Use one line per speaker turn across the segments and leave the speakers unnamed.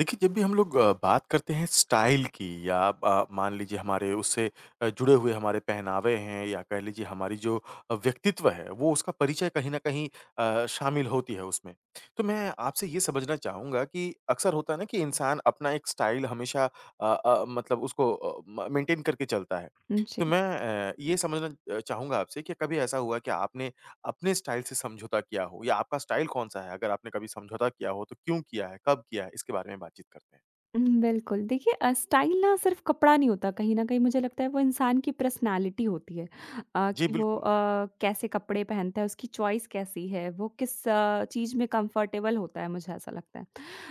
देखिए, जब भी हम लोग बात करते हैं स्टाइल की या मान लीजिए हमारे उससे जुड़े हुए हमारे पहनावे हैं या कह लीजिए हमारी जो व्यक्तित्व है, वो उसका परिचय कहीं न कहीं शामिल होती है उसमें। तो मैं आपसे ये समझना चाहूँगा कि अक्सर होता है ना कि इंसान अपना एक स्टाइल हमेशा मतलब उसको अ, म मेंटेन करके चलता है। तो
जी,
मैं ये समझना चाहूँगा आपसे कि कभी ऐसा हुआ कि आपने अपने स्टाइल से समझौता किया हो या आपका स्टाइल कौन-सा है? अगर आपने कभी समझौता किया हो तो क्यों किया है, कब किया है? इसके बारे में बातचीत करते हैं।
बिल्कुल। देखिए स्टाइल ना सिर्फ़ कपड़ा नहीं होता, कहीं न कहीं मुझे लगता है वो इंसान की पर्सनैलिटी होती है
जी,
कि वो
बिल्कुल।
कैसे कपड़े पहनता है, उसकी चॉइस कैसी है, वो किस चीज़ में कम्फ़र्टेबल होता है, मुझे ऐसा लगता है।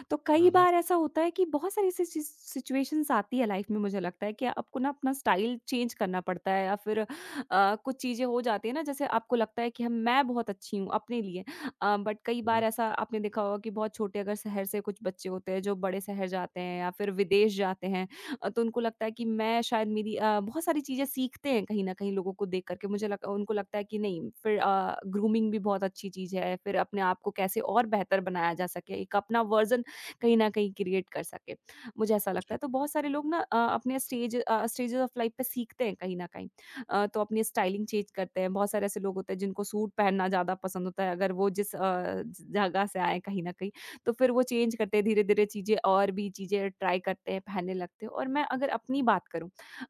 तो
हुँ,
कई
हुँ,
बार ऐसा होता है कि बहुत सारी ऐसी सिचुएशंस आती है लाइफ में मुझे लगता है कि आपको ना अपना स्टाइल चेंज करना पड़ता है या फिर कुछ चीज़ें हो जाती है ना जैसे आपको लगता है कि हम मैं बहुत अच्छी हूँ अपने लिए बट कई
हुँ,
बार
हुँ।
ऐसा आपने देखा होगा कि बहुत छोटे अगर शहर से कुछ बच्चे होते हैं जो बड़े शहर जाते हैं या फिर विदेश जाते हैं। तो उनको लगता है कि मैं शायद मेरी बहुत सारी चीज़ें सीखते हैं कहीं ना कहीं लोगों को देख करके उनको लगता है कि नहीं फिर ग्रूमिंग भी बहुत अच्छी चीज़ है फिर अपने आप को कैसे और बेहतर बनाया जा सके एक अपना वर्जन कहीं न कहीं क्रिएट कर सके। मुझे ऐसा लगता है
जी,
तो बहुत सारे लोग ना अपने स्टेजेज़ ऑफ लाइफ पे सीखते हैं कहीं न कहीं। तो अपनी स्टाइलिंग चेंज करते हैं। बहुत सारे ऐसे लोग होते हैं जिनको सूट पहनना ज़्यादा पसंद होता है अगर वो जिस जगह से आए कहीं न कहीं तो फिर वो चेंज करते हैं धीरे-धीरे चीज़ें और भी चीज़ें ट्राई करते हैं, पहनने लगते हैं। और मैं अगर अपनी बात करूँ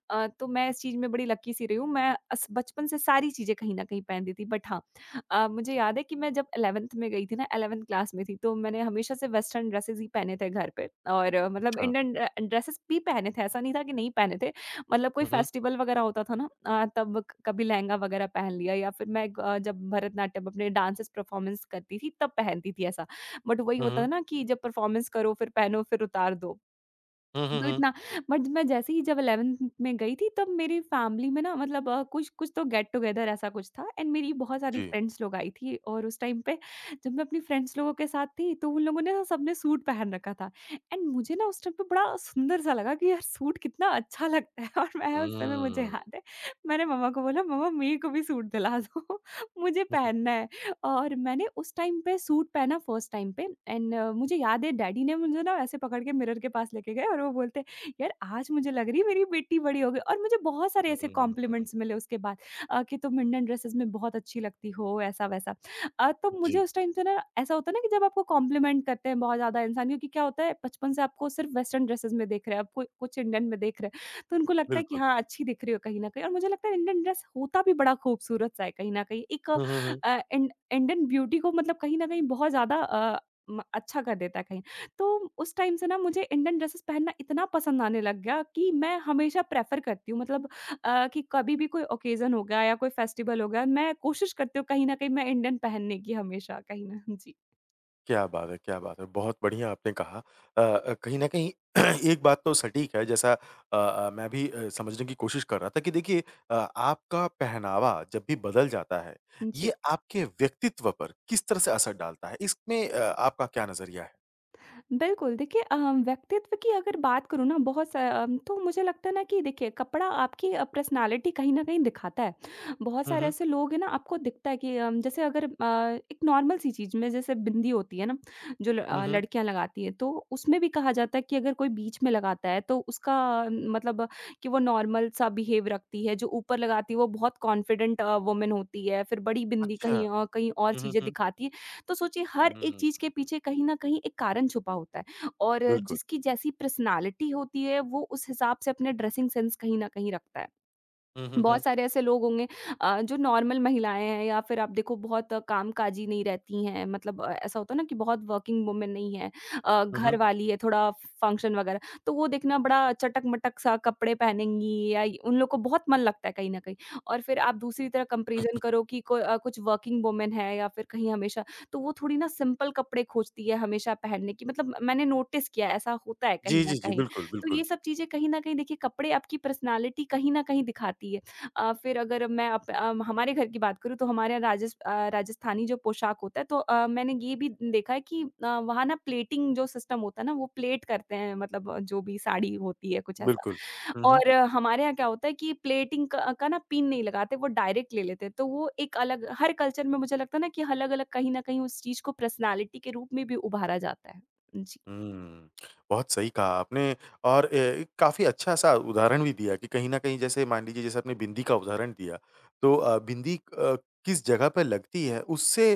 तो मैं इस चीज़ में बड़ी लकी सी रही हूँ। मैं अस बचपन से सारी चीज़ें कहीं न कहीं पहनती थी बट हाँ, मुझे याद है कि मैं जब 11th में गई थी ना 11th क्लास में थी, तो मैंने हमेशा से वेस्टर्न ड्रेसेज़ ही पहने थे घर पे। और मतलब
अच्छा।
इंडियन ड्रेसेज़ भी पहने थे, ऐसा नहीं था कि नहीं पहने थे। मतलब कोई
हुँ, हुँ,
फेस्टिवल वगैरह होता था ना, अ, तब क कभी लहंगा वगैरह पहन लिया या फिर मैं जब भरतनाट्यम अपने डांसेज़ परफॉर्मेंस करती थी, तब पहनती थी ऐसा। बट वही
हुँ,
होता
हुँ।
है ना कि जब परफॉर्मेंस करो, फिर पहनो, फिर उतार दो।
हुँ, हुँ,
तो
हुँ।
इतना बट मैं जैसे ही जब 11th में गई थी तब मेरी फैमिली में ना मतलब कुछ कुछ तो गेट टुगेदर ऐसा कुछ था एंड मेरी बहुत सारी
जी।
फ्रेंड्स लोग आई थी और उस टाइम पे जब मैं अपनी फ्रेंड्स लोगों के साथ थी तो उन लोगों ने ना सबने सूट पहन रखा था। एंड मुझे ना उस टाइम पे बड़ा सुंदर सा लगा कि यार सूट कितना अच्छा लगता है और मैं उस समय मुझे
हुँ।
याद है मैंने मम्मा को बोला मम्मा मेरे को भी सूट दिला दो मुझे
हुँ,
पहनना है। और मैंने उस टाइम पे सूट पहना फर्स्ट टाइम पे एंड मुझे याद है डैडी ने मुझे ना ऐसे पकड़ के मिरर के पास लेके गए और वो बोलते यार आज मुझे लग रही है मेरी बेटी बड़ी हो गई और मुझे बहुत सारे
हुँ,
ऐसे
हुँ।
कॉम्प्लीमेंट्स मिले उसके बाद कि तुम इंडियन ड्रेसेस में बहुत अच्छी लगती हो ऐसा वैसा। तो मुझे
जी,
उस टाइम से ना ऐसा होता है ना कि जब आपको कॉम्प्लीमेंट करते हैं बहुत ज्यादा इंसान क्योंकि क्या होता है बचपन से आपको सिर्फ वेस्टर्न ड्रेसेस में देख रहे हैं, आपको कुछ इंडियन में देख रहे हैं तो उनको लगता है कि
बिल्कुल।
हाँ अच्छी दिख रही हो कहीं ना कहीं। और मुझे लगता है इंडियन ड्रेस होता भी बड़ा खूबसूरत सा है कहीं ना कहीं एक
हुँ, हुँ, हुँ।
इंडियन ब्यूटी को मतलब कहीं न कहीं बहुत ज़्यादा अ, म अच्छा कर देता है कहीं। तो उस टाइम से ना मुझे इंडियन ड्रेसेस पहनना इतना पसंद आने लग गया कि मैं हमेशा प्रेफ़र करती हूँ। मतलब कि कभी भी कोई ऑकेज़न हो गया या कोई फेस्टिवल हो गया, मैं कोशिश करती हूँ कहीं न कहीं मैं इंडियन पहनने की हमेशा कहीं न जी।
क्या बात है, क्या बात है! बहुत बढ़िया आपने कहा। कहीं न कहीं एक बात तो सटीक है जैसा मैं भी समझने की कोशिश कर रहा था कि देखिए आपका पहनावा जब भी बदल जाता है,
जी।
ये आपके व्यक्तित्व पर किस तरह से असर डालता है? इसमें आपका क्या नज़रिया है?
बिल्कुल, देखिए व्यक्तित्व की अगर बात करूँ ना तो मुझे लगता है ना कि देखिए कपड़ा आपकी पर्सनैलिटी कहीं न कहीं दिखाता है। बहुत
हुँ,
सारे
हुँ।
ऐसे लोग हैं ना आपको दिखता है कि जैसे अगर एक नॉर्मल सी चीज़ में जैसे बिंदी होती है ना, जो
हुँ, हुँ।
लड़कियाँ लगाती हैं तो उसमें भी कहा जाता है कि अगर कोई बीच में लगाता है तो उसका मतलब कि वो नॉर्मल सा बिहेव रखती है, जो ऊपर लगाती है वो बहुत कॉन्फिडेंट वुमन होती है, फिर बड़ी बिंदी
अच्छा।
कहीं कहीं और
हुँ, हुँ,
चीज़ें
हुँ।
दिखाती है। तो सोचिए
हुँ,
हर एक
हुँ,
चीज़ के
हुँ, हुँ।
पीछे कहीं न कहीं एक कारण छुपा होता है और
बिल्कुल।
जिसकी जैसी पर्सनैलिटी होती है, वो उस हिसाब से अपने ड्रेसिंग सेंस कहीं न कहीं रखता है।
हुँ, हुँ,
बहुत
हुँ।
सारे ऐसे लोग होंगे जो नॉर्मल महिलाएँ हैं या फिर आप देखो बहुत कामकाजी नहीं रहती हैं, मतलब ऐसा होता है ना कि बहुत वर्किंग वुमन नहीं है,
हुँ, हुँ।
घर वाली है, थोड़ा फंक्शन वगैरह, तो वो देखना बड़ा चटक-मटक सा कपड़े पहनेंगी या य उन लोग को बहुत मन लगता है कहीं न कहीं। और फिर आप दूसरी तरह कंपैरिज़न करो कि कुछ वर्किंग वुमन है या फिर कहीं हमेशा तो वो थोड़ी ना सिंपल कपड़े खोजती है हमेशा पहनने की, मतलब मैंने नोटिस किया है, ऐसा होता है कहीं
जी, जी,
न
जी।
कहीं।
बिल्कुल,
तो
बिल्कुल।
ये सब चीज़ें कहीं न कहीं देखिए कपड़े आपकी पर्सनैलिटी कहीं न कहीं दिखाती है। फिर अगर मैं हमारे घर की बात करूँ तो हमारे यहाँ राजस्थानी जो पोशाक होता है तो मैंने ये भी देखा है कि वहाँ ना प्लेटिंग जो सिस्टम होता है ना वो प्लेट करते हैं मतलब जो भी साड़ी होती है कुछ ऐसा।
बिल्कुल। हुँ, हुँ।
और हमारे यहाँ क्या होता है कि प्लेटिंग क का ना पिन नहीं लगाते वो डायरेक्ट ले लेते हैं। तो वो एक अलग हर कल्चर में मुझे लगता है ना कि अलग-अलग कहीं न कहीं उस चीज़ को पर्सनैलिटी के रूप में भी उभारा जाता है। जी,
हुँ। बहुत सही कहा आपने और काफ़ी अच्छा-सा उदाहरण भी दिया कि कहीं न कहीं जैसे मान लीजिए जैसे आपने बिंदी का उदाहरण दिया, तो बिंदी किस जगह पे लगती है उससे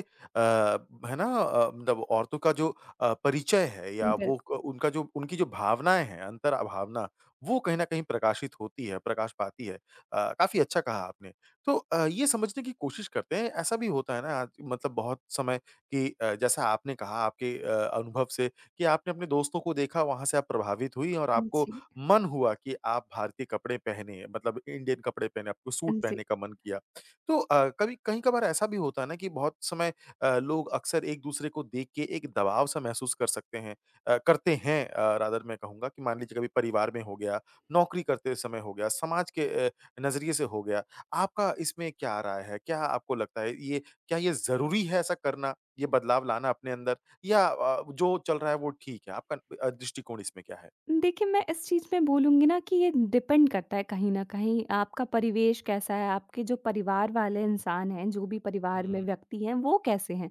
है ना मतलब औरतों का जो परिचय है या
बिल्कुल।
वो क उनका जो उनकी जो भावनाएँ हैं, अंतर्भावना, वो कहीं न कहीं प्रकाशित होती है, प्रकाश पाती है। काफ़ी अच्छा कहा आपने। तो ये समझने की कोशिश करते हैं, ऐसा भी होता है ना आज मतलब बहुत समय कि जैसा आपने कहा आपके अनुभव से कि आपने अपने दोस्तों को देखा, वहाँ से आप प्रभावित हुई और आपको
जी,
मन हुआ कि आप भारतीय कपड़े पहने, मतलब इंडियन कपड़े पहने, आपको सूट पहनने
जी।
का मन किया। तो कभी कहीं-कभार ऐसा भी होता है ना कि बहुत समय लोग अक्सर एक-दूसरे को देख के एक दबाव सा महसूस कर सकते हैं करते हैं रादर मैं कहूँगा कि मान लीजिए कभी परिवार में हो गया, नौकरी करते समय हो गया, समाज के नज़रिए से हो गया। आपका इसमें क्या राय है? क्या आपको लगता है ये क्या ये ज़रूरी है ऐसा करना, ये बदलाव लाना अपने अंदर? या जो चल रहा है वो ठीक है? आपका दृष्टिकोण इसमें क्या है?
देखिए, मैं इस चीज़ में बोलूँगी ना कि ये डिपेंड करता है कहीं न कहीं आपका परिवेश कैसा है, आपके जो परिवार वाले इंसान हैं, जो भी परिवार में
हुँ,
व्यक्ति हैं?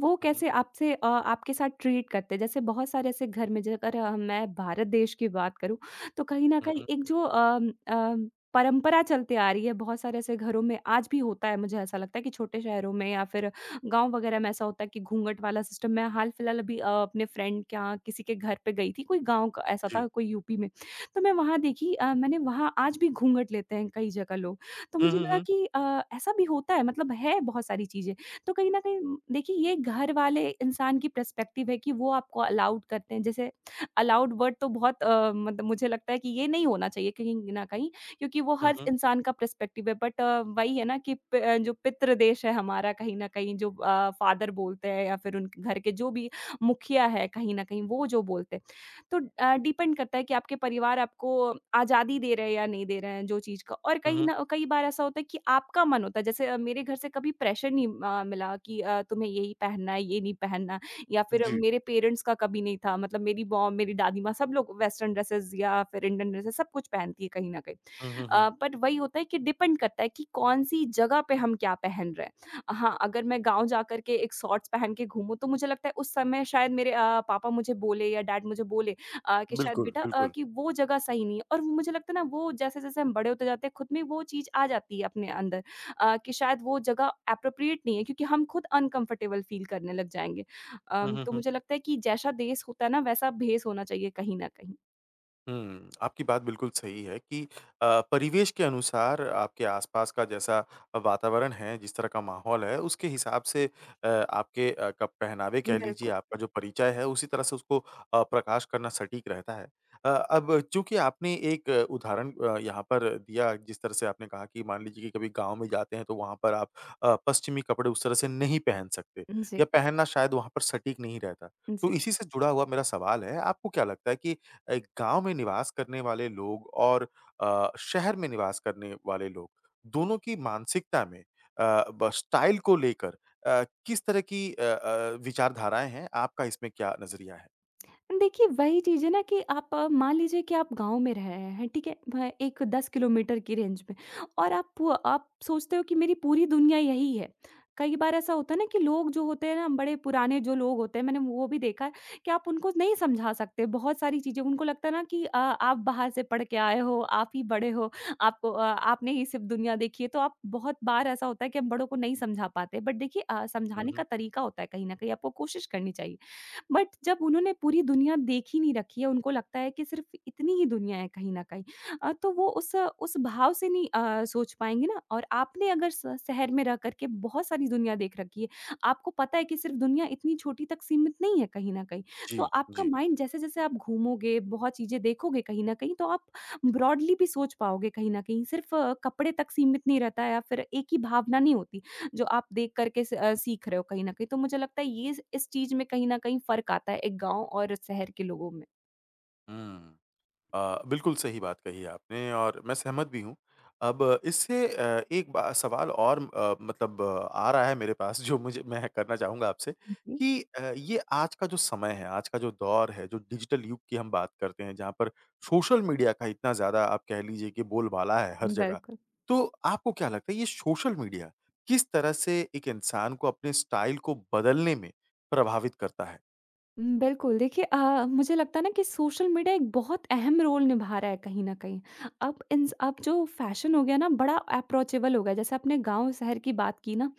वो
हुँ, हुँ,
कैसे आपसे आपके साथ ट्रीट करते हैं? जैसे बहुत सारे ऐसे घर में जेकर मैं भारत देश की बात करूँ, तो कहीं न
हुँ,
कहीं
हुँ।
एक जो अम अम, परंपरा चलती आ रही है, बहुत सारे ऐसे घरों में आज भी होता है, मुझे ऐसा लगता है कि छोटे शहरों में या फिर गाँव वगैरह में ऐसा होता है कि घूंघट वाला सिस्टम। मैं हाल-फिलहाल अभी अपने फ्रेंड के यहाँ किसी के घर पे गई थी, कोई गाँव का ऐसा
जी।
था कोई यूपी में। तो मैं वहाँ देखी मैंने वहाँ आज भी घूंघट लेते हैं कई जगह लोग। तो
हुँ,
मुझे
हुँ,
लगा
हुँ,
कि ऐसा भी होता है मतलब है बहुत सारी चीज़ें। तो कहीं न कहीं देखिए ये घर वाले इंसान की पर्सपेक्टिव है कि वो आपको अलाउड करते हैं। जैसे अलाउड वर्ड तो बहुत मतलब मुझे लगता है कि ये नहीं होना चाहिए कहीं न कहीं। क्योंकि वो
हुँ,
हर
हुँ,
इंसान का पर्सपेक्टिव है बट वही है ना कि जो पितृ देश है हमारा कहीं न कहीं जो फादर बोलते हैं या फिर उनके घर के जो भी मुखिया है कहीं न कहीं वो जो बोलते हैं। तो डिपेंड करता है कि आपके परिवार आपको आज़ादी दे रहे हैं या नहीं दे रहे हैं जो चीज़ का। और
हुँ,
कहीं
हुँ।
न कई बार ऐसा होता है कि आपका मन होता है जैसे मेरे घर से कभी प्रेशर नहीं मिला कि तुम्हें यही पहनना है, ये नहीं पहनना या फिर
जी।
मेरे पेरेंट्स का कभी नहीं था। मतलब मेरी मॉम, मेरी दादी माँ सब लोग वेस्टर्न ड्रेसेस या फिर इंडियन ड्रेसेस सब कुछ पहनती है कहीं न कहीं।
हुँ, हुँ, हुँ।
पर वही होता है कि डिपेंड करता है कि कौन-सी जगह पे हम क्या पहन रहे हैं। हाँ, अगर मैं गाँव जा कर के एक शॉर्ट्स पहन के घूमूँ, तो मुझे लगता है उस समय शायद मेरे पापा मुझे बोले या डैड मुझे बोले कि शायद
बिल्कुल,
बेटा
बिल्कुल।
कि वो जगह सही नहीं है। और वो मुझे लगता है ना वो जैसे-जैसे हम बड़े होते जाते हैं, खुद में वो चीज़ आ जाती है अपने अंदर कि शायद वो जगह एप्रोप्रिएट नहीं है क्योंकि हम खुद अनकंफर्टेबल फ़ील करने लग जाएँगे।
हुँ, हुँ,
तो
हुँ।
मुझे लगता है कि जैसा देश होता है ना, वैसा भेस होना चाहिए कहीं न कहीं।
हुँ, आपकी बात बिल्कुल सही है कि परिवेश के अनुसार आपके आसपास का जैसा वातावरण है, जिस तरह का माहौल है, उसके हिसाब से आपके अ, क पहनावे कह लीजिए,
बिल्कुल।
आपका जो परिचय है, उसी तरह से उसको प्रकाश करना सटीक रहता है। अब चूँकि आपने एक उदाहरण यहाँ पर दिया, जिस तरह से आपने कहा कि मान लीजिए कि कभी गाँव में जाते हैं, तो वहाँ पर आप पश्चिमी कपड़े उस तरह से नहीं पहन सकते या
जी,
पहनना शायद वहाँ पर सटीक नहीं रहता। तो
जी।
इसी से जुड़ा हुआ मेरा सवाल है, आपको क्या लगता है कि गाँव में निवास करने वाले लोग और शहर में निवास करने वाले लोग, दोनों की मानसिकता में अ, ब स्टाइल को लेकर किस तरह की विचारधाराएँ हैं? आपका इसमें क्या नज़रिया है?
देखिए, वही चीज़ है ना कि आप मान लीजिए कि आप गाँव में रह रहे हैं, ठीक है? भ एक 10 किलोमीटर की रेंज में और आप सोचते हो कि मेरी पूरी दुनिया यही है। कई बार ऐसा होता है ना कि लोग जो होते हैं ना, बड़े पुराने जो लोग होते हैं, मैंने वो भी देखा है कि आप उनको नहीं समझा सकते बहुत सारी चीज़ें। उनको लगता है ना कि आप बाहर से पढ़ के आए हो, आप ही बड़े हो, आपने ही सिर्फ़ दुनिया देखी है, तो आप बहुत बार ऐसा होता है कि हम बड़ों को नहीं समझा पाते। बट देखिए
हुँ,
समझाने का
हुँ।
तरीका होता है कहीं न कहीं, आपको कोशिश करनी चाहिए। बट जब उन्होंने पूरी दुनिया देख ही नहीं रखी है, उनको लगता है कि सिर्फ़ इतनी ही दुनिया है कहीं न कहीं। तो वो उस भाव से नहीं सोच पाएँगे ना। और आपने अगर स शहर में रह कर के बहुत सारी दुनिया देख रखी है, आपको पता है कि सिर्फ़ दुनिया इतनी छोटी तक सीमित नहीं है कहीं न कहीं,
जी,
तो आपका
जी।
माइंड जैसे-जैसे आप घूमोगे, बहुत चीज़ें देखोगे कहीं न कहीं, तो आप ब्रॉडली भी सोच पाओगे कहीं न कहीं, सिर्फ़ कपड़े तक सीमित नहीं रहता है या फिर एक ही भावना नहीं होती। जो आप देख करके सीख रहे हो कहीं न कहीं। तो मुझे लगता है ये इस चीज़ में कहीं न कहीं फ़र्क आता है एक गाँव और शहर के लोगों में।
हुँ। बिल्कुल सही बात कही आपने और मैं सहमत भी हूँ। अब इससे एक बा सवाल और मतलब आ रहा है मेरे पास जो मुझे मैं करना चाहूँगा आपसे
जी,
कि ये आज का जो समय है, आज का जो दौर है, जो डिजिटल युग की हम बात करते हैं जहाँ पर सोशल मीडिया का इतना ज़्यादा आप कह लीजिए कि बोलबाला है हर जगह।
बिल्कुल।
तो आपको क्या लगता है ये सोशल मीडिया किस तरह से एक इंसान को अपने स्टाइल को बदलने में प्रभावित करता है?
हुँ, बिल्कुल। देखिए मुझे लगता है ना कि सोशल मीडिया एक बहुत अहम रोल निभा रहा है कहीं न कहीं। अब जो फ़ैशन हो गया ना बड़ा अप्रोचेबल हो गया। जैसे आपने गाँव-शहर की बात की ना।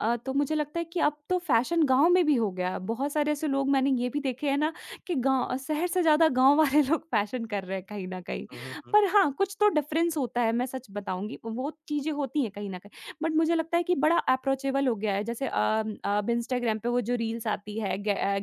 तो मुझे लगता है कि अब तो फ़ैशन गाँव में भी हो गया है। बहुत सारे ऐसे लोग मैंने ये भी देखे हैं ना कि गाँव शहर से ज़्यादा गाँव वाले लोग फ़ैशन कर रहे हैं कहीं न कहीं।
हुँ, हुँ, हुँ।
पर हाँ, कुछ तो डिफ़रेंस होता है, मैं सच बताऊँगी। वो चीज़ें होती हैं कहीं न कहीं। बट मुझे लगता है कि बड़ा अप्रोचेबल हो गया है। जैसे अब इंस्टाग्राम पे वो जो रील्स आती है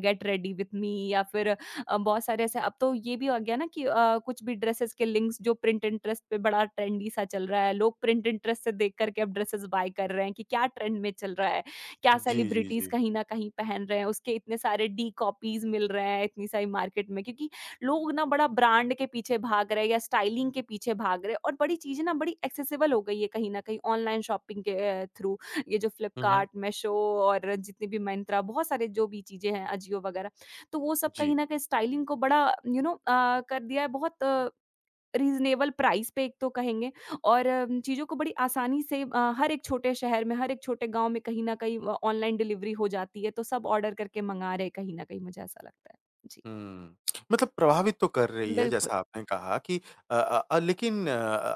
गेट रेडी विथ मी या फिर बहुत सारे ऐसे अब तो ये भी आ गया ना कि कुछ भी ड्रेसेस के लिंक्स जो प्रिंट इंटरेस्ट पे बड़ा ट्रेंडी सा चल रहा है, लोग प्रिंट इंटरेस्ट से देख करके अब ड्रेसेस बाय कर रहे हैं कि क्या ट्रेंड में चल रहा है, क्या
जी, जी,
सेलिब्रिटीज
जी।
कहीं ना कहीं पहन रहे हैं, उसके इतने सारे डी कॉपीज मिल रहे हैं इतनी सारी मार्केट में, क्योंकि लोग ना बड़ा ब्रांड के पीछे भाग रहे हैं या स्टाइलिंग के पीछे भाग रहे हैं और बड़ी चीज़ें ना बड़ी एक्सेसिबल हो गई है कहीं न कहीं ऑनलाइन शॉपिंग के थ्रू। ये जो
हुँ, हुँ।
फ्लिपकार्ट, मीशो और जितनी भी मिंत्रा बहुत सारे जो भी चीज़ें हैं, अजियो वगैरह, तो वो सब
जी।
कहीं न कहीं स्टाइलिंग को बड़ा कर दिया है बहुत रीज़नेबल प्राइस पे एक तो कहेंगे। और चीज़ों को बड़ी आसानी से हर एक छोटे शहर में, हर एक छोटे गाँव में कहीं न कहीं ऑनलाइन डिलीवरी हो जाती है, तो सब ऑर्डर करके मँगा रहे हैं कहीं न कहीं, मुझे ऐसा लगता है। जी।
हुँ। मतलब प्रभावित तो कर रही है
बिल्कुल।
जैसा आपने कहा कि लेकिन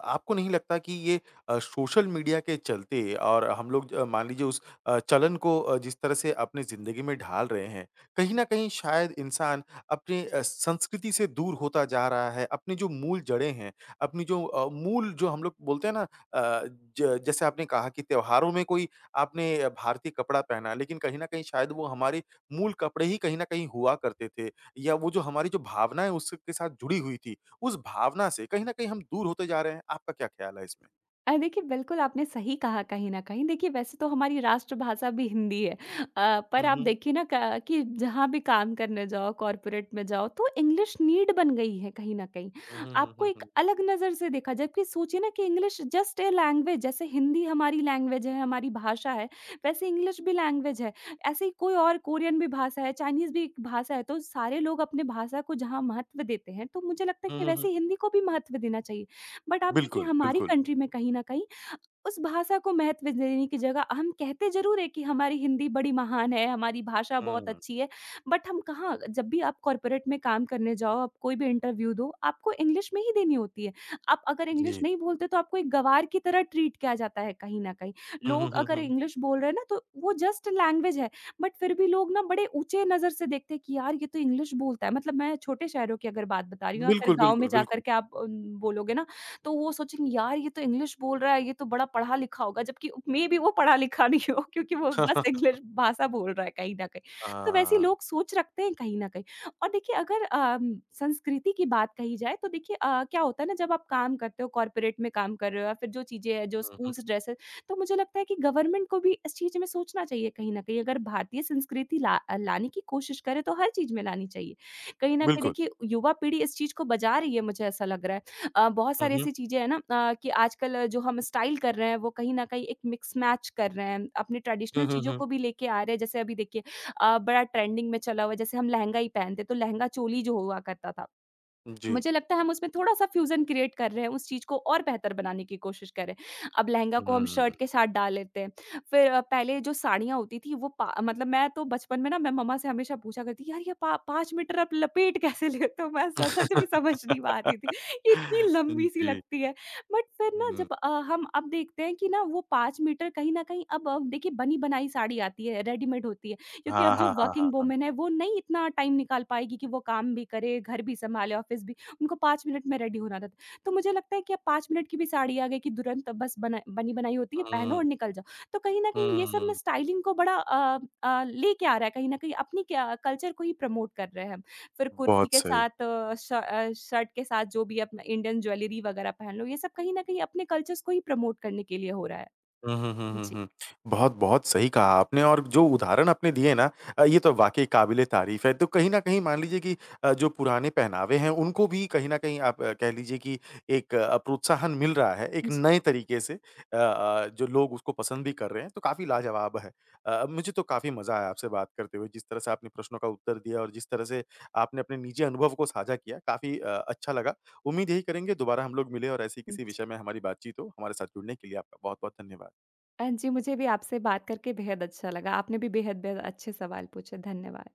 आपको नहीं लगता कि ये सोशल मीडिया के चलते और हम लोग मान लीजिए उस चलन को जिस तरह से अपनी ज़िंदगी में ढाल रहे हैं, कहीं न कहीं शायद इंसान अपनी संस्कृति से दूर होता जा रहा है, अपनी जो मूल जड़ें हैं, अपनी जो मूल जो हम लोग बोलते हैं ना अ, ज जैसे आपने कहा कि त्योहारों में कोई आपने भारतीय कपड़ा पहना, लेकिन कहीं न कहीं शायद वो हमारे मूल कपड़े ही कहीं न कहीं हुआ करते थे। या वो जो हमारी जो भावना है उसके साथ जुड़ी हुई थी, उस भावना से कहीं न कहीं हम दूर होते जा रहे हैं। आपका क्या ख़्याल है इसमें?
देखिए बिल्कुल आपने सही कहा कहीं न कहीं। देखिए वैसे तो हमारी राष्ट्रभाषा भी हिंदी है। पर
हुँ,
आप
हुँ।
देखिए ना क कि जहाँ भी काम करने जाओ, कॉर्पोरेट में जाओ तो इंग्लिश नीड बन गई है कहीं न कहीं।
हुँ, हुँ, हुँ,
आपको
हुँ,
एक
हुँ।
अलग नज़र से देखा, जबकि सोचिए ना कि इंग्लिश जस्ट अ लैंग्वेज, जैसे हिंदी हमारी लैंग्वेज है, हमारी भाषा है, वैसे इंग्लिश भी लैंग्वेज है। ऐसे ही कोई और कोरियन भी भाषा है, चाइनीज़ भी एक भाषा है, तो सारे लोग अपने भाषा को जहाँ महत्व देते हैं, तो मुझे लगता है
हुँ,
कि
हुँ, हुँ।
वैसे ही हिंदी को भी महत्व देना चाहिए। बट आप देखिए
बिल्कुल,
हमारी
बिल्कुल।
कंट्री में कहीं न कहीं उस भाषा को महत्व देने की जगह हम कहते ज़रूर हैं कि हमारी हिंदी बड़ी महान है, हमारी भाषा बहुत
हुँ,
अच्छी है, बट हम कहाँ जब भी आप कॉर्पोरेट में काम करने जाओ, आप कोई भी इंटरव्यू दो, आपको इंग्लिश में ही देनी होती है। आप अगर इंग्लिश
जी।
नहीं बोलते तो आपको एक गँवार की तरह ट्रीट किया जाता है कहीं न कहीं।
हुँ, हुँ,
लोग
हुँ,
अगर
हुँ।
इंग्लिश बोल रहे हैं ना तो वो जस्ट लैंग्वेज है, बट फिर भी लोग ना बड़े ऊँचे नज़र से देखते हैं कि यार ये तो इंग्लिश बोलता है। मतलब मैं छोटे शहरों की अगर बात बता रही हूँ या फिर
बिल्कुल,
गाँव में
बिल्कुल,
जा कर
बिल्कुल।
के आप बोलोगे ना, तो वो सोचेंगे यार ये तो इंग्लिश बोल रहा है, ये तो बड़ा पढ़ा-लिखा होगा, जबकि मे बी वो पढ़ा-लिखा नहीं हो क्योंकि वो बस इंग्लिश भाषा बोल रहा है कहीं न कहीं। तो वैसे ही
हाँ।
लोग सोच रखते हैं कहीं न कहीं। और देखिए अगर संस्कृति की बात कही जाए तो देखिए क्या होता है ना, जब आप काम करते हो, कॉर्पोरेट में काम कर रहे हो या फिर जो चीज़ें हैं, जो
हुँ, हुँ।
स्कूल्स ड्रेसेस, तो मुझे लगता है कि गवर्नमेंट को भी इस चीज़ में सोचना चाहिए कहीं न कहीं। अगर भारतीय संस्कृति लाने की कोशिश करे तो हर चीज़ में लानी चाहिए। कहीं न कहीं
बिल्कुल।
देखिए युवा पीढ़ी इस चीज़ को बजा रही है, मुझे ऐसा लग रहा है। बहुत
हुँ,
सारी
हुँ।
ऐसी चीज़ें हैं ना, कि आजकल जो हम स्टाइल कर रहे हैं वो कहीं न कहीं एक मिक्स मैच कर रहे हैं। अपनी
हुँ,
ट्रेडिशनल
हुँ,
चीज़ों
हुँ।
को भी लेके आ रहे हैं। जैसे अभी देखिए बड़ा ट्रेंडिंग में चला हुआ है, जैसे हम लहंगा ही पहनते तो लहंगा चोली जो हुआ करता था।
जी।
मुझे लगता है हम उसमें थोड़ा-सा फ्यूज़न क्रिएट कर रहे हैं, उस चीज़ को और बेहतर बनाने की कोशिश कर रहे हैं। अब लहंगा को हम
हुँ।
शर्ट के साथ डाल लेते हैं, फिर पहले जो साड़ियाँ होती थी वो पा मतलब मैं तो बचपन में ना मैं मम्मा से हमेशा पूछा करती थी, "यार ये पा 5 मीटर आप लपेट कैसे लेते हो?" मैं स सच में समझ नहीं पाती थी, ये इतनी लंबी-सी
जी।
लगती है। बट फिर ना
हुँ।
जब हम अब देखते हैं कि ना वो 5 मीटर कहीं न कहीं अब देखिए बनी-बनाई साड़ी आती है, रेडीमेड होती है, क्योंकि
हाँ,
अब जो
हाँ, हाँ,
वर्किंग
हाँ।
वूमेन है वो नहीं इतना टाइम निकाल पाएगी कि वो काम भी करे, घर भी सँभाले, ऑफ़िस भी, उनको 5 मिनट में रेडी होना रहता है। तो मुझे लगता है कि अब 5 मिनट की भी साड़ी आ गई कि तुरंत बस बना बनी बनाई होती है, पहनो
हुँ,
और निकल जाओ। तो कहीं न कहीं ये सब
हुँ।
ना स्टाइलिंग को बड़ा लेके आ रहा है कहीं न कहीं, अपनी क्या कल्चर को ही प्रमोट कर रहे हैं हम। फिर कुर्ती
बहुत
के
सही।
साथ शर्ट के साथ जो भी अपना इंडियन ज्वेलरी वगैरह पहन लो, ये सब कहीं न कहीं अपने कल्चर्स को ही प्रमोट करने के लिए हो रहा है।
हुँ, हुँ, हुँ, हुँ,
जी,
हुँ। बहुत-बहुत सही कहा आपने और जो उदाहरण आपने दिए ना ये तो वाक़ई काबिल-ए-तारीफ़ है। तो कहीं न कहीं मान लीजिए कि जो पुराने पहनावे हैं उनको भी कहीं न कहीं आप कह लीजिए कि एक प्रोत्साहन मिल रहा है, एक
जी,
नए तरीके से जो लोग उसको पसंद भी कर रहे हैं, तो काफ़ी लाजवाब है। मुझे तो काफ़ी मज़ा आया आपसे बात करते हुए, जिस तरह से आपने प्रश्नों का उत्तर दिया और जिस तरह से आपने अपने निजी अनुभव को साझा किया, काफ़ी अच्छा लगा। उम्मीद यही करेंगे दोबारा हम लोग मिलें और ऐसे ही
जी।
किसी विषय में हमारी बातचीत हो। हमारे साथ जुड़ने के लिए आपका बहुत-बहुत धन्यवाद।
जी मुझे भी आपसे बात करके बेहद अच्छा लगा। आपने भी बेहद-बेहद अच्छे सवाल पूछे। धन्यवाद।